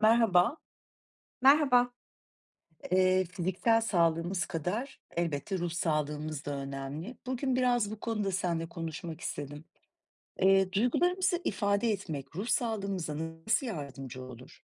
Merhaba. Merhaba. Fiziksel sağlığımız kadar elbette ruh sağlığımız da önemli. Bugün biraz bu konuda seninle konuşmak istedim. Duygularımızı ifade etmek ruh sağlığımıza nasıl yardımcı olur?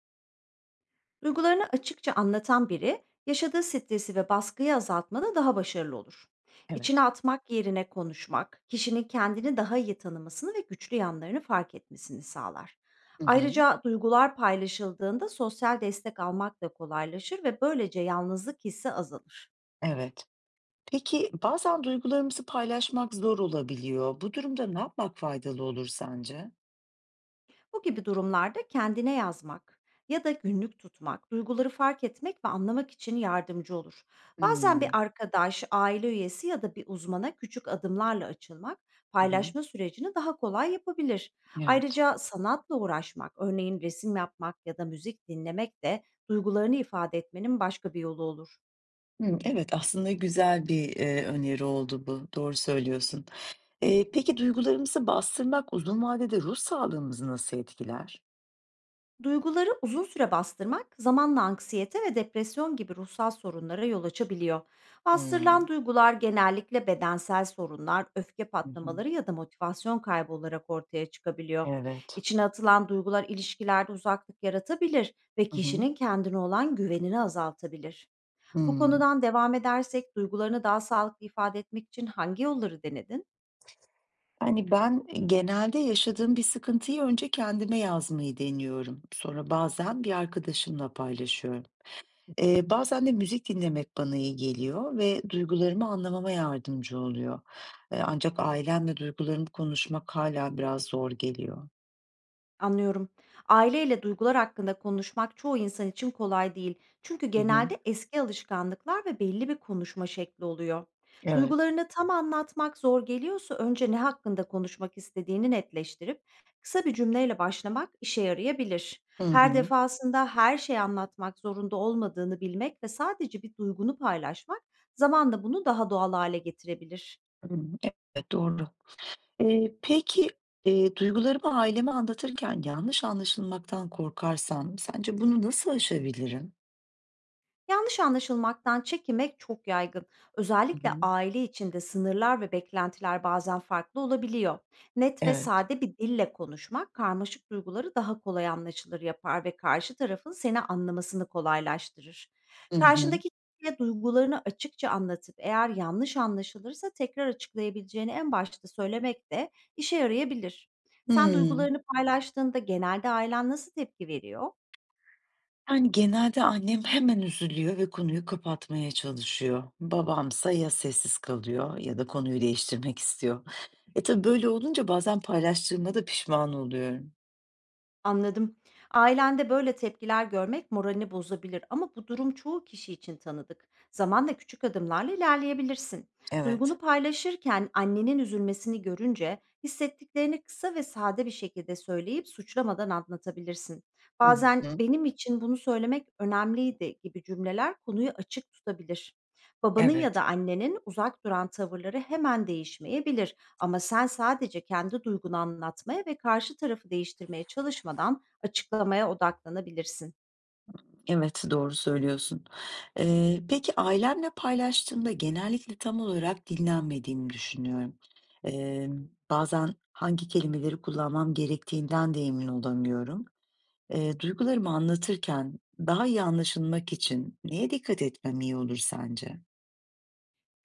Duygularını açıkça anlatan biri, yaşadığı stresi ve baskıyı azaltmada daha başarılı olur. İçine Evet. atmak yerine konuşmak, kişinin kendini daha iyi tanımasını ve güçlü yanlarını fark etmesini sağlar. Hı hı, Ayrıca duygular paylaşıldığında sosyal destek almak da kolaylaşır ve böylece yalnızlık hissi azalır. evet. Peki bazen duygularımızı paylaşmak zor olabiliyor. Bu durumda ne yapmak faydalı olur sence? Bu gibi durumlarda kendine yazmak ya da günlük tutmak, duyguları fark etmek ve anlamak için yardımcı olur. Bazen bir Hmm, arkadaş, aile üyesi ya da bir uzmana küçük adımlarla açılmak, hı hı, paylaşma sürecini daha kolay yapabilir. evet. Ayrıca sanatla uğraşmak, örneğin resim yapmak ya da müzik dinlemek de duygularını ifade etmenin başka bir yolu olur. Hmm, evet aslında güzel bir öneri oldu bu. Doğru söylüyorsun. Peki duygularımızı bastırmak uzun vadede ruh sağlığımızı nasıl etkiler? Duyguları uzun süre bastırmak zamanla anksiyete ve depresyon gibi ruhsal sorunlara yol açabiliyor. Bastırılan Hımm. duygular genellikle bedensel sorunlar, öfke Hı hı. patlamaları ya da motivasyon kaybı olarak ortaya çıkabiliyor. Evet. İçine atılan duygular ilişkilerde uzaklık yaratabilir ve Hı hı. kişinin kendine olan güvenini azaltabilir. Bu Hımm. konudan devam edersek, duygularını daha sağlıklı ifade etmek için hangi yolları denedin? Yani, ben, genelde yaşadığım bir sıkıntıyı önce kendime yazmayı deniyorum. Sonra bazen bir arkadaşımla paylaşıyorum. Bazen de müzik dinlemek bana iyi geliyor ve duygularımı anlamama yardımcı oluyor. Ancak ailemle duygularımı konuşmak hala biraz zor geliyor. Anlıyorum. Aileyle duygular hakkında konuşmak çoğu insan için kolay değil. Çünkü Hı hı. genelde eski alışkanlıklar ve belli bir konuşma şekli oluyor. Evet. Duygularını tam anlatmak zor geliyorsa, önce ne hakkında konuşmak istediğini netleştirip kısa bir cümleyle başlamak işe yarayabilir. Hı Her hı. defasında her şeyi anlatmak zorunda olmadığını bilmek ve sadece bir duygunu paylaşmak zamanla bunu daha doğal hale getirebilir. Hımm. Evet, doğru. Peki, duygularımı aileme anlatırken yanlış anlaşılmaktan korkarsam sence bunu nasıl aşabilirim? Yanlış anlaşılmaktan çekinmek çok yaygın. Hı Özellikle hı. aile içinde sınırlar ve beklentiler bazen farklı olabiliyor. Net ve Evet. sade bir dille konuşmak karmaşık duyguları daha kolay anlaşılır yapar ve karşı tarafın seni anlamasını kolaylaştırır. Hı hı. Karşındaki kişiye duygularını açıkça anlatıp, eğer yanlış anlaşılırsa tekrar açıklayabileceğini en başta söylemek de işe yarayabilir. Sen Hımm. duygularını paylaştığında genelde ailen nasıl tepki veriyor? Yani, genelde annem hemen üzülüyor ve konuyu kapatmaya çalışıyor. Babamsa ya sessiz kalıyor ya da konuyu değiştirmek istiyor. Tabii böyle olunca bazen paylaştığıma da pişman oluyorum. Anladım. Ailende böyle tepkiler görmek moralini bozabilir, ama bu durum çoğu kişi için tanıdık. Zamanla küçük adımlarla ilerleyebilirsin. Evet. Duygunu paylaşırken annenin üzülmesini görünce, hissettiklerini kısa ve sade bir şekilde söyleyip suçlamadan anlatabilirsin. Hı Bazen hı. benim için bunu söylemek önemliydi gibi cümleler konuyu açık tutabilir. Babanın ya Evet. da annenin uzak duran tavırları hemen değişmeyebilir, ama sen sadece kendi duygunu anlatmaya ve karşı tarafı değiştirmeye çalışmadan açıklamaya odaklanabilirsin. Evet, doğru söylüyorsun. Peki ailemle paylaştığımda genellikle tam olarak dinlenmediğimi düşünüyorum. Bazen hangi kelimeleri kullanmam gerektiğinden de emin olamıyorum. Duygularımı anlatırken daha iyi anlaşılmak için neye dikkat etmem iyi olur sence?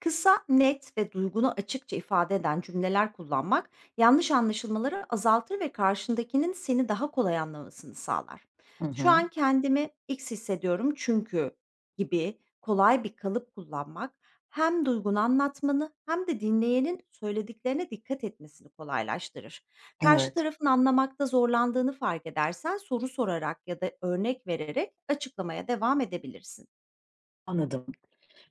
Kısa, net ve duygunu açıkça ifade eden cümleler kullanmak yanlış anlaşılmaları azaltır ve karşındakinin seni daha kolay anlamasını sağlar. Hı Şu hı. an kendimi X hissediyorum çünkü gibi kolay bir kalıp kullanmak, hem duygunu anlatmanı hem de dinleyenin söylediklerine dikkat etmesini kolaylaştırır. Karşı Evet. tarafın anlamakta zorlandığını fark edersen, soru sorarak ya da örnek vererek açıklamaya devam edebilirsin. Anladım.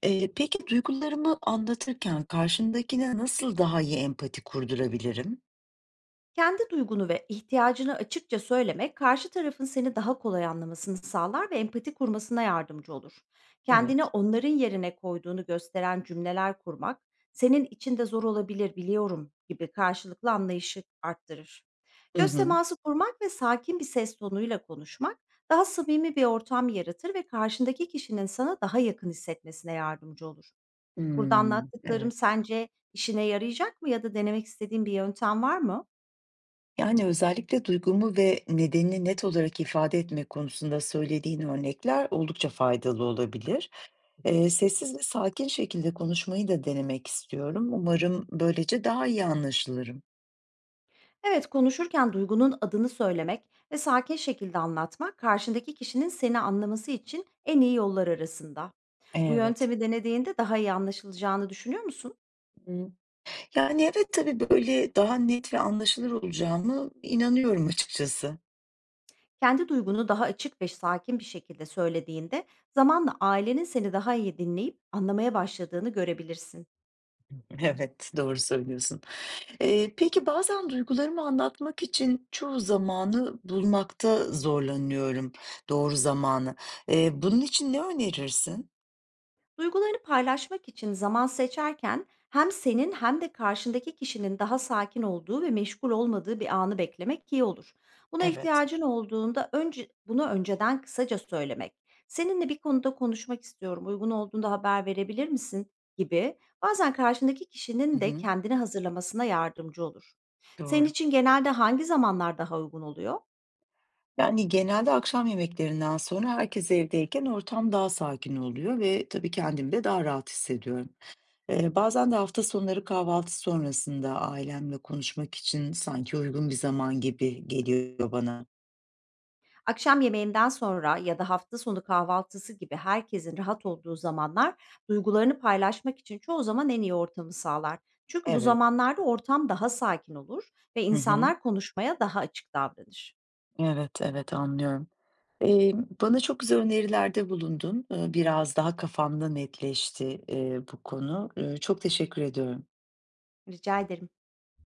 Peki duygularımı anlatırken karşımdakine nasıl daha iyi empati kurdurabilirim? Kendi duygunu ve ihtiyacını açıkça söylemek, karşı tarafın seni daha kolay anlamasını sağlar ve empati kurmasına yardımcı olur. Kendini Evet. onların yerine koyduğunu gösteren cümleler kurmak, senin için de zor olabilir biliyorum gibi, karşılıklı anlayışı arttırır. Hı Göz hı. teması kurmak ve sakin bir ses tonuyla konuşmak, daha samimi bir ortam yaratır ve karşındaki kişinin sana daha yakın hissetmesine yardımcı olur. Burada Hımm. anlattıklarım Evet. sence işine yarayacak mı, ya da denemek istediğin bir yöntem var mı? Yani, özellikle duygumu ve nedenini net olarak ifade etmek konusunda söylediğin örnekler oldukça faydalı olabilir. Sessiz ve sakin şekilde konuşmayı da denemek istiyorum. Umarım böylece daha iyi anlaşılırım. Evet, konuşurken duygunun adını söylemek ve sakin şekilde anlatmak, karşındaki kişinin seni anlaması için en iyi yollar arasında. Bu Evet. yöntemi denediğinde daha iyi anlaşılacağını düşünüyor musun? Imm, yani, evet, tabii, böyle, daha net ve anlaşılır olacağımı inanıyorum açıkçası. Kendi duygunu daha açık ve sakin bir şekilde söylediğinde, zamanla ailenin seni daha iyi dinleyip anlamaya başladığını görebilirsin. Evet, doğru söylüyorsun. Peki bazen duygularımı anlatmak için çoğu zamanı bulmakta zorlanıyorum, doğru zamanı. Bunun için ne önerirsin? Duygularını paylaşmak için zaman seçerken, hem senin hem de karşındaki kişinin daha sakin olduğu ve meşgul olmadığı bir anı beklemek iyi olur. Buna Evet. ihtiyacın olduğunda önce bunu önceden kısaca söylemek, seninle bir konuda konuşmak istiyorum, uygun olduğunda haber verebilir misin gibi, bazen karşındaki Hı kişinin de hı. kendini hazırlamasına yardımcı olur. Senin Doğru. için genelde hangi zamanlar daha uygun oluyor? Yani genelde akşam yemeklerinden sonra herkes evdeyken ortam daha sakin oluyor ve tabii kendimi de daha rahat hissediyorum. Bazen de hafta sonları kahvaltı sonrasında ailemle konuşmak için sanki uygun bir zaman gibi geliyor bana. Akşam yemeğinden sonra ya da hafta sonu kahvaltısı gibi herkesin rahat olduğu zamanlar, duygularını paylaşmak için çoğu zaman en iyi ortamı sağlar. Çünkü bu Evet. zamanlarda ortam daha sakin olur ve Hı hı. insanlar konuşmaya daha açık davranır. Evet, evet anlıyorum. Eee, Bana çok güzel önerilerde bulundun. Biraz daha kafamda netleşti, bu konu. Çok teşekkür ediyorum. Rica ederim.